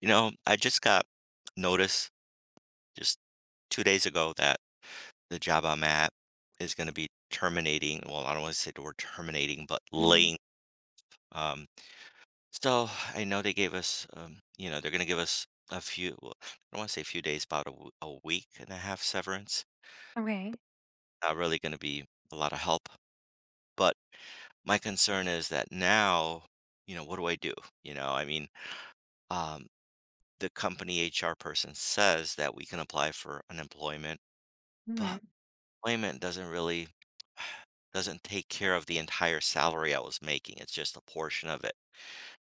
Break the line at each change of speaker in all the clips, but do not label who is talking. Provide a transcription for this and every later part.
I just got notice just 2 days ago that the job I'm at is going to be terminating. Well, I don't want to say the word terminating, but
Mm,
laying. Um, so I know they gave us, they're going to give us a few, well, I don't want to say a few days, about a week and a half severance.
okay.
Not really going to be a lot of help. But my concern is that now, what do I do? I mean, um, the company HR person says that we can apply for unemployment, but
Mhm.
employment doesn't really doesn't take care of the entire salary I was making. It's just a portion of it.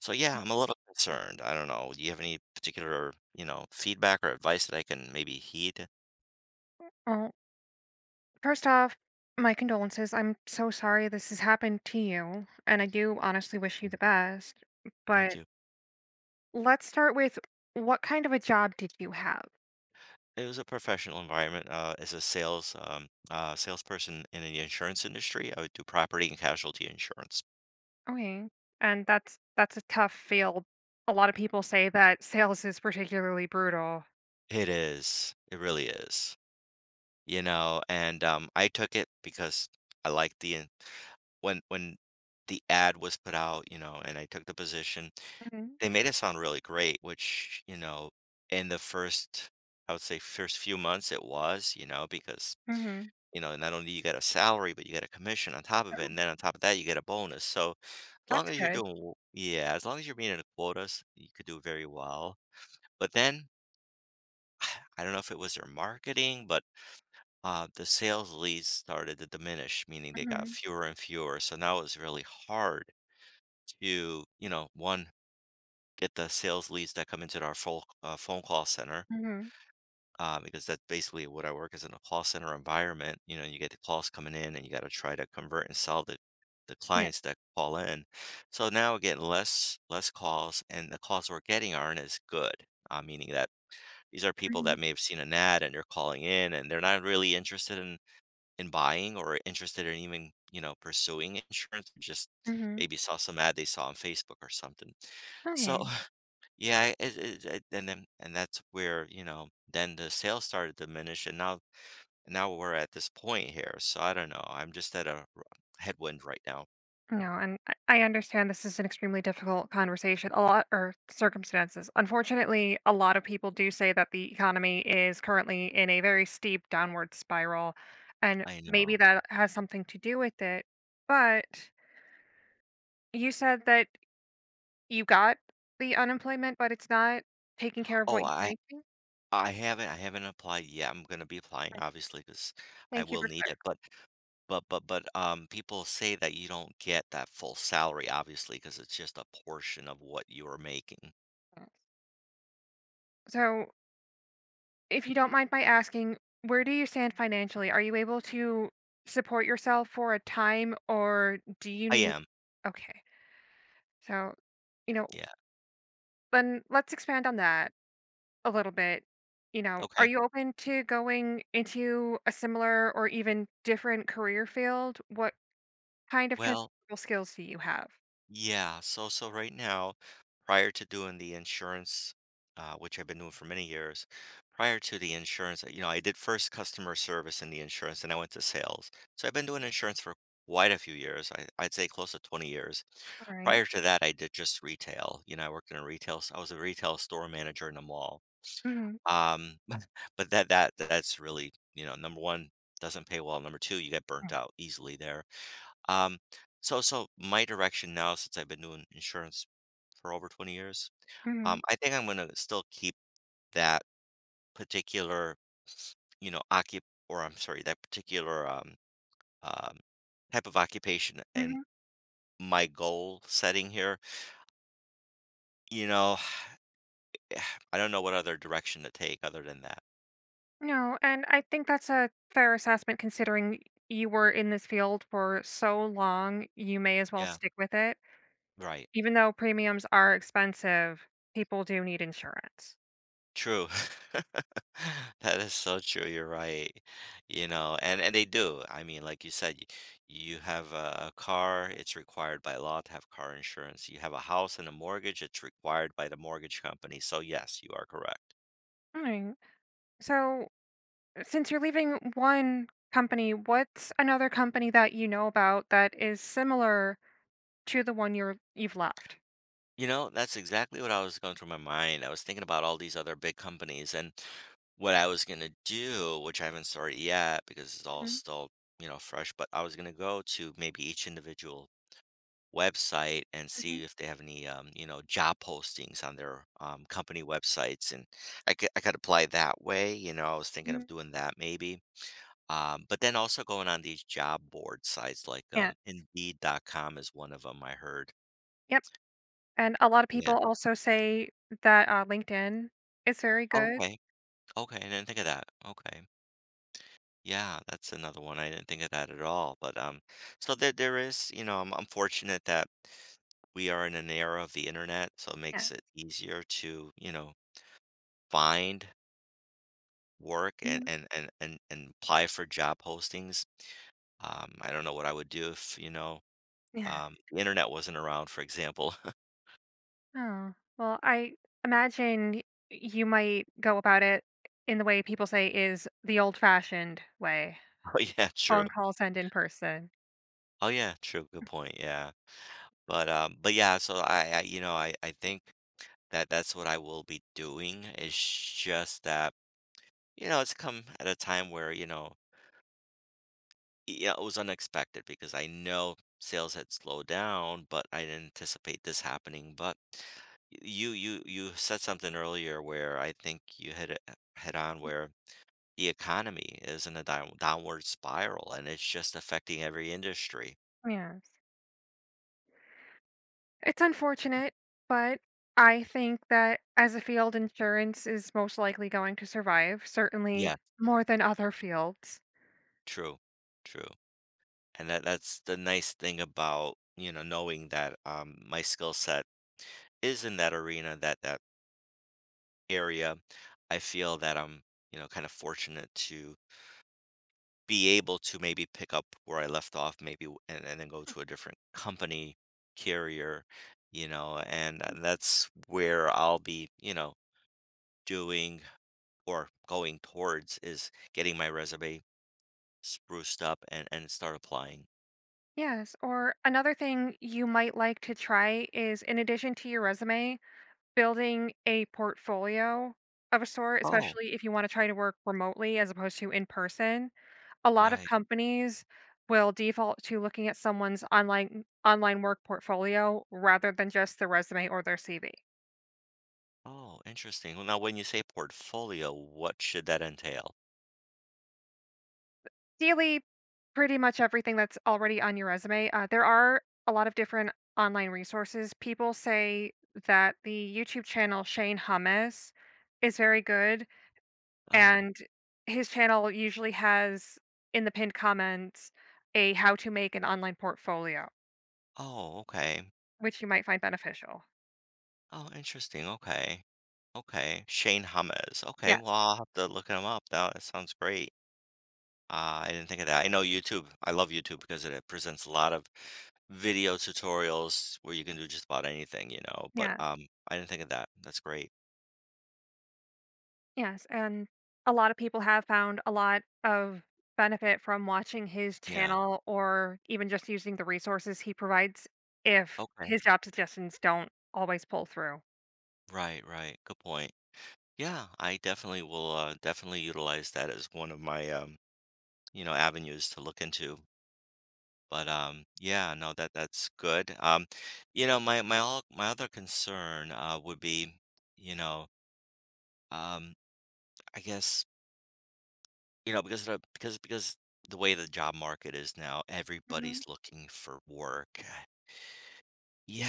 So, yeah, I'm a little concerned. I don't know, do you have any particular, feedback or advice that I can maybe heed?
Well, first off, my condolences. I'm so sorry this has happened to you, and I do honestly wish you the best.
Thank
But
you.
let's start with what kind of a job did you have?
It was a professional environment, as a salesperson in the insurance industry. I would do property and casualty insurance.
Okay. And that's a tough field. A lot of people say that sales is particularly brutal.
It is, it really is, I took it because I liked the in when the ad was put out, and I took the position.
Mhm.
They made it sound really great, which, in the first, I would say, first few months it was,
Mhm.
not only you get a salary, but you get a commission on top of it,
Oh,
and then on top of that, you get a bonus. So, as long
that's
as you're
good.
doing w yeah, as long as you're meeting the quotas, you could do very well. But then, I don't know if it was their marketing, but, the sales leads started to diminish, meaning they got
Mhm.
fewer and fewer. So now it's really hard to, 1, get the sales leads that come into our phone call center,
Mhm.
because that's basically what I work as in a call center environment. You know, you get the calls coming in, and you got to try to convert and sell the
Yeah.
clients that call in. So now we're getting less calls, and the calls we're getting aren't as good. Meaning that these are people
Mhm.
that may have seen an ad, and they're calling in, and they're not really interested in buying, or interested in even pursuing insurance. Just
Mhm.
maybe saw some ad they saw on Facebook or something. So,
Okay.
yeah, and that's where, then the sales started to diminish, and now we're at this point here. So I don't know. I'm just at a headwind right now.
No, and I understand this is an extremely difficult conversation, a lot or circumstances. Unfortunately, a lot of people do say that the economy is currently in a very steep downward spiral, and
I
maybe
know.
that has something to do with it. But you said that you got the unemployment, but it's not taking care of
Oh,
what you're
I
making.
I haven't I haven't applied yet. I'm going to be applying
Right.
obviously because I
Thank you
will
for
need it. But people say that you don't get that full salary, obviously, because it's just a portion of what you're making.
clarifying. So, if you don't mind my asking, where do you stand financially? Are you able to support yourself for a time, or do you
I
need?
am.
Okay. So, you know,
Yeah.
then let's expand on that a little bit. You know, are
Okay.
you open to going into a similar or even different career field? What kind of
Well,
transferable skills do you have?
yeah, so right now, prior to doing the insurance, which I've been doing for many years, prior to the insurance, I did first customer service in the insurance, and I went to sales. So I've been doing insurance for quite a few years. I'd say close to 20 years.
All right.
Prior to that, I did just retail. You know, I worked in a retail. I was a retail store manager in a mall.
Mhm.
Um, but that's really, number one, doesn't pay well. Number two, you get burnt out easily there. Um, so my direction now, since I've been doing insurance for over 20 years,
Mm-hmm.
I think I'm gonna still keep that particular, occup, or I'm sorry, that particular um, type of occupation and
Mm-hmm.
my goal setting here. You know, I don't know what other direction to take other than that.
No, and I think that's a fair assessment considering you were in this field for so long, you may as well
Yeah,
stick with it.
right.
Even though premiums are expensive, people do need insurance.
True. That is so true, you're right. You know, and they do. I mean, like you said, y you have a car, it's required by law to have car insurance. You have a house and a mortgage, it's required by the mortgage company. So yes, you are correct.
Alright. So, since you're leaving one company, what's another company that you know about that is similar to the one you've left?
You know, that's exactly what I was going through my mind. I was thinking about all these other big companies and what I was gonna do, which I haven't started yet because it's all
Mhm,
still, fresh, but I was gonna go to maybe each individual website and
mhm,
see if they have any job postings on their company websites, and I could apply that way. I was thinking of
mhm.
doing that maybe, but then also going on these job board sites, like
Yeah.
indeed.com is one of them, I heard.
Yep. And a lot of
Yeah.
people also say that, LinkedIn is very good.
Okay, okay. I didn't think of that. Okay. Yeah, that's another one. I didn't think of that at all. But so there is, I'm fortunate that we are in an era of the internet, so it
Yeah.
makes it easier to find work, and
Mhm.
and and and, and apply for job postings. I don't know what I would do if,
Yeah.
the internet wasn't around, for example.
Oh, well, I imagine y you might go about it in the way people say is the old-fashioned way,
Oh, yeah, true.
phone calls and in person.
Oh, yeah, true. Good point. Yeah, but yeah. So I think that that's what I will be doing. It's just that, it's come at a time where, yeah, it was unexpected because I know sales had slowed down, but I didn't anticipate this happening. But you said something earlier where I think you hit it head on, where the economy is in a downward spiral, and it's just affecting every industry.
Yes. It's unfortunate, but I think that as a field, insurance is most likely going to survive,
Yeah,
certainly more than other fields.
true, true. And that's the nice thing about, knowing that my skill set is in that arena, that area. I feel that I'm, kind of fortunate to be able to maybe pick up where I left off, and then go to a different company carrier, that's where I'll be, doing, or going towards, is getting my resume spruced up, and start applying.
Yes, or another thing you might like to try is in addition to your resume, building a portfolio of a sort,
Oh,
especially if you wanna try to work remotely as opposed to in person. A lot of
right.
companies will default to looking at someone's online work portfolio rather than just their resume or their CV.
Oh, interesting. Well, now when you say portfolio, what should that entail?
Ideally, pretty much everything that's already on your resume. There are a lot of different online resources. People say that the YouTube channel Shane Hummus is very good.
Oh,
And his channel usually has, in the pinned comments, a how to make an online portfolio,
oh, okay.
which you might find beneficial.
Oh, interesting. Okay. Okay. Shane Hummus. Okay.
Yeah,
Well, I'll have to look him up now. That sounds great. Ah, I didn't think of that. I know YouTube. I love YouTube because it presents a lot of video tutorials where you can do just about anything, you know, but,
yeah,
um, I didn't think of that. That's great.
yes, and a lot of people have found a lot of benefit from watching his
Yeah.
channel or even just using the resources he provides if
Okay.
his job suggestions don't always pull through.
Right, right. Good point. Yeah, I definitely will, definitely utilize that as one of my, avenues to look into. But, yeah, no, that's good. My all my other concern, would be, you know, um, I guess. You know, because the way the job market is now,
Mhm.
everybody's looking for work.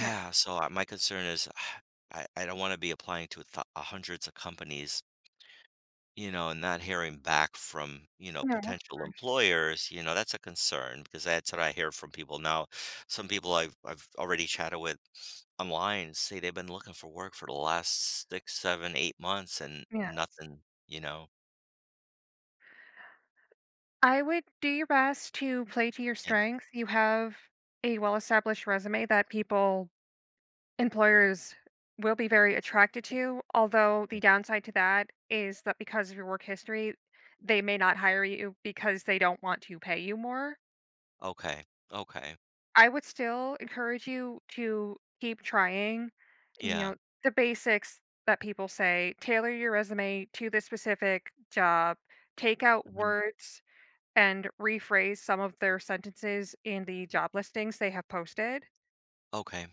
Yeah.
so, my concern is I don't wanna be applying to th hundreds of companies, and not hearing back from,
No, of
potential
course.
employers. That's a concern because that's what I hear from people now. Some people I've already chatted with online say they've been looking for work for the last 6, 7, 8 months and
Yeah.
nothing, you know?
I would do your best to play to your
Yeah,
strengths. You have a well-established resume that people employers will be very attracted to, although
yeah.
the downside to that is that because of your work history, they may not hire you because they don't want to pay you more.
Okay, okay.
I would still encourage you to keep trying, you
Yeah.
know, the basics that people say, tailor your resume to the specific job, take out
Mhm.
words and rephrase some of their sentences in the job listings they have posted.
Okay.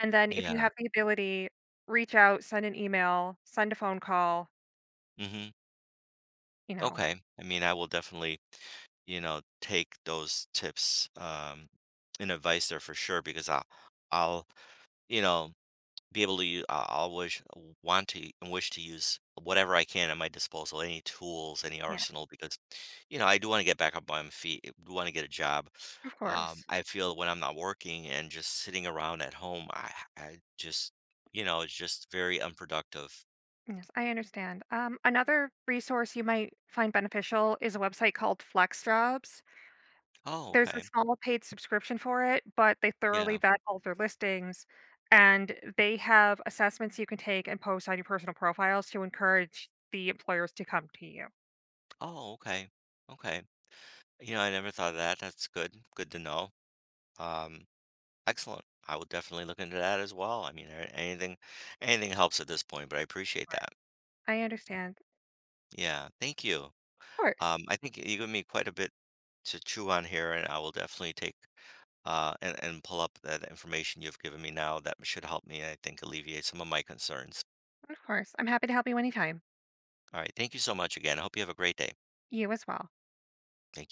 And then if you
Yeah.
have the ability, reach out, send an email, send a phone call,
Mhm.
you know.
Okay. I mean, I will definitely, take those tips and advice there for sure because I'll, you know, be able to. I'll always want to and wish to use whatever I can at my disposal, any tools, any
Yeah,
arsenal, because, I do want to get back up on my feet. I do want to get a job.
of course.
I feel when I'm not working and just sitting around at home, I just, it's just very unproductive.
Yes, I understand. Another resource you might find beneficial is a website called FlexJobs.
Oh,
There's a
okay.
small paid subscription for it, but they thoroughly
Yeah.
vet all their listings and they have assessments you can take and post on your personal profiles to encourage the employers to come to you.
Oh, okay. Okay. You know, I never thought of that. That's good. Good to know. Um, Excellent. I will definitely look into that as well. I mean, anything, anything helps at this point, but I appreciate
Right.
that.
I understand.
Yeah, thank you.
Of course.
I think you gave me quite a bit to chew on here, and I will definitely take and pull up that information you've given me now. That should help me, I think, alleviate some of my concerns.
Of course. I'm happy to help you anytime.
All right, thank you so much again. I hope you have a great day.
You as well.
Thank you.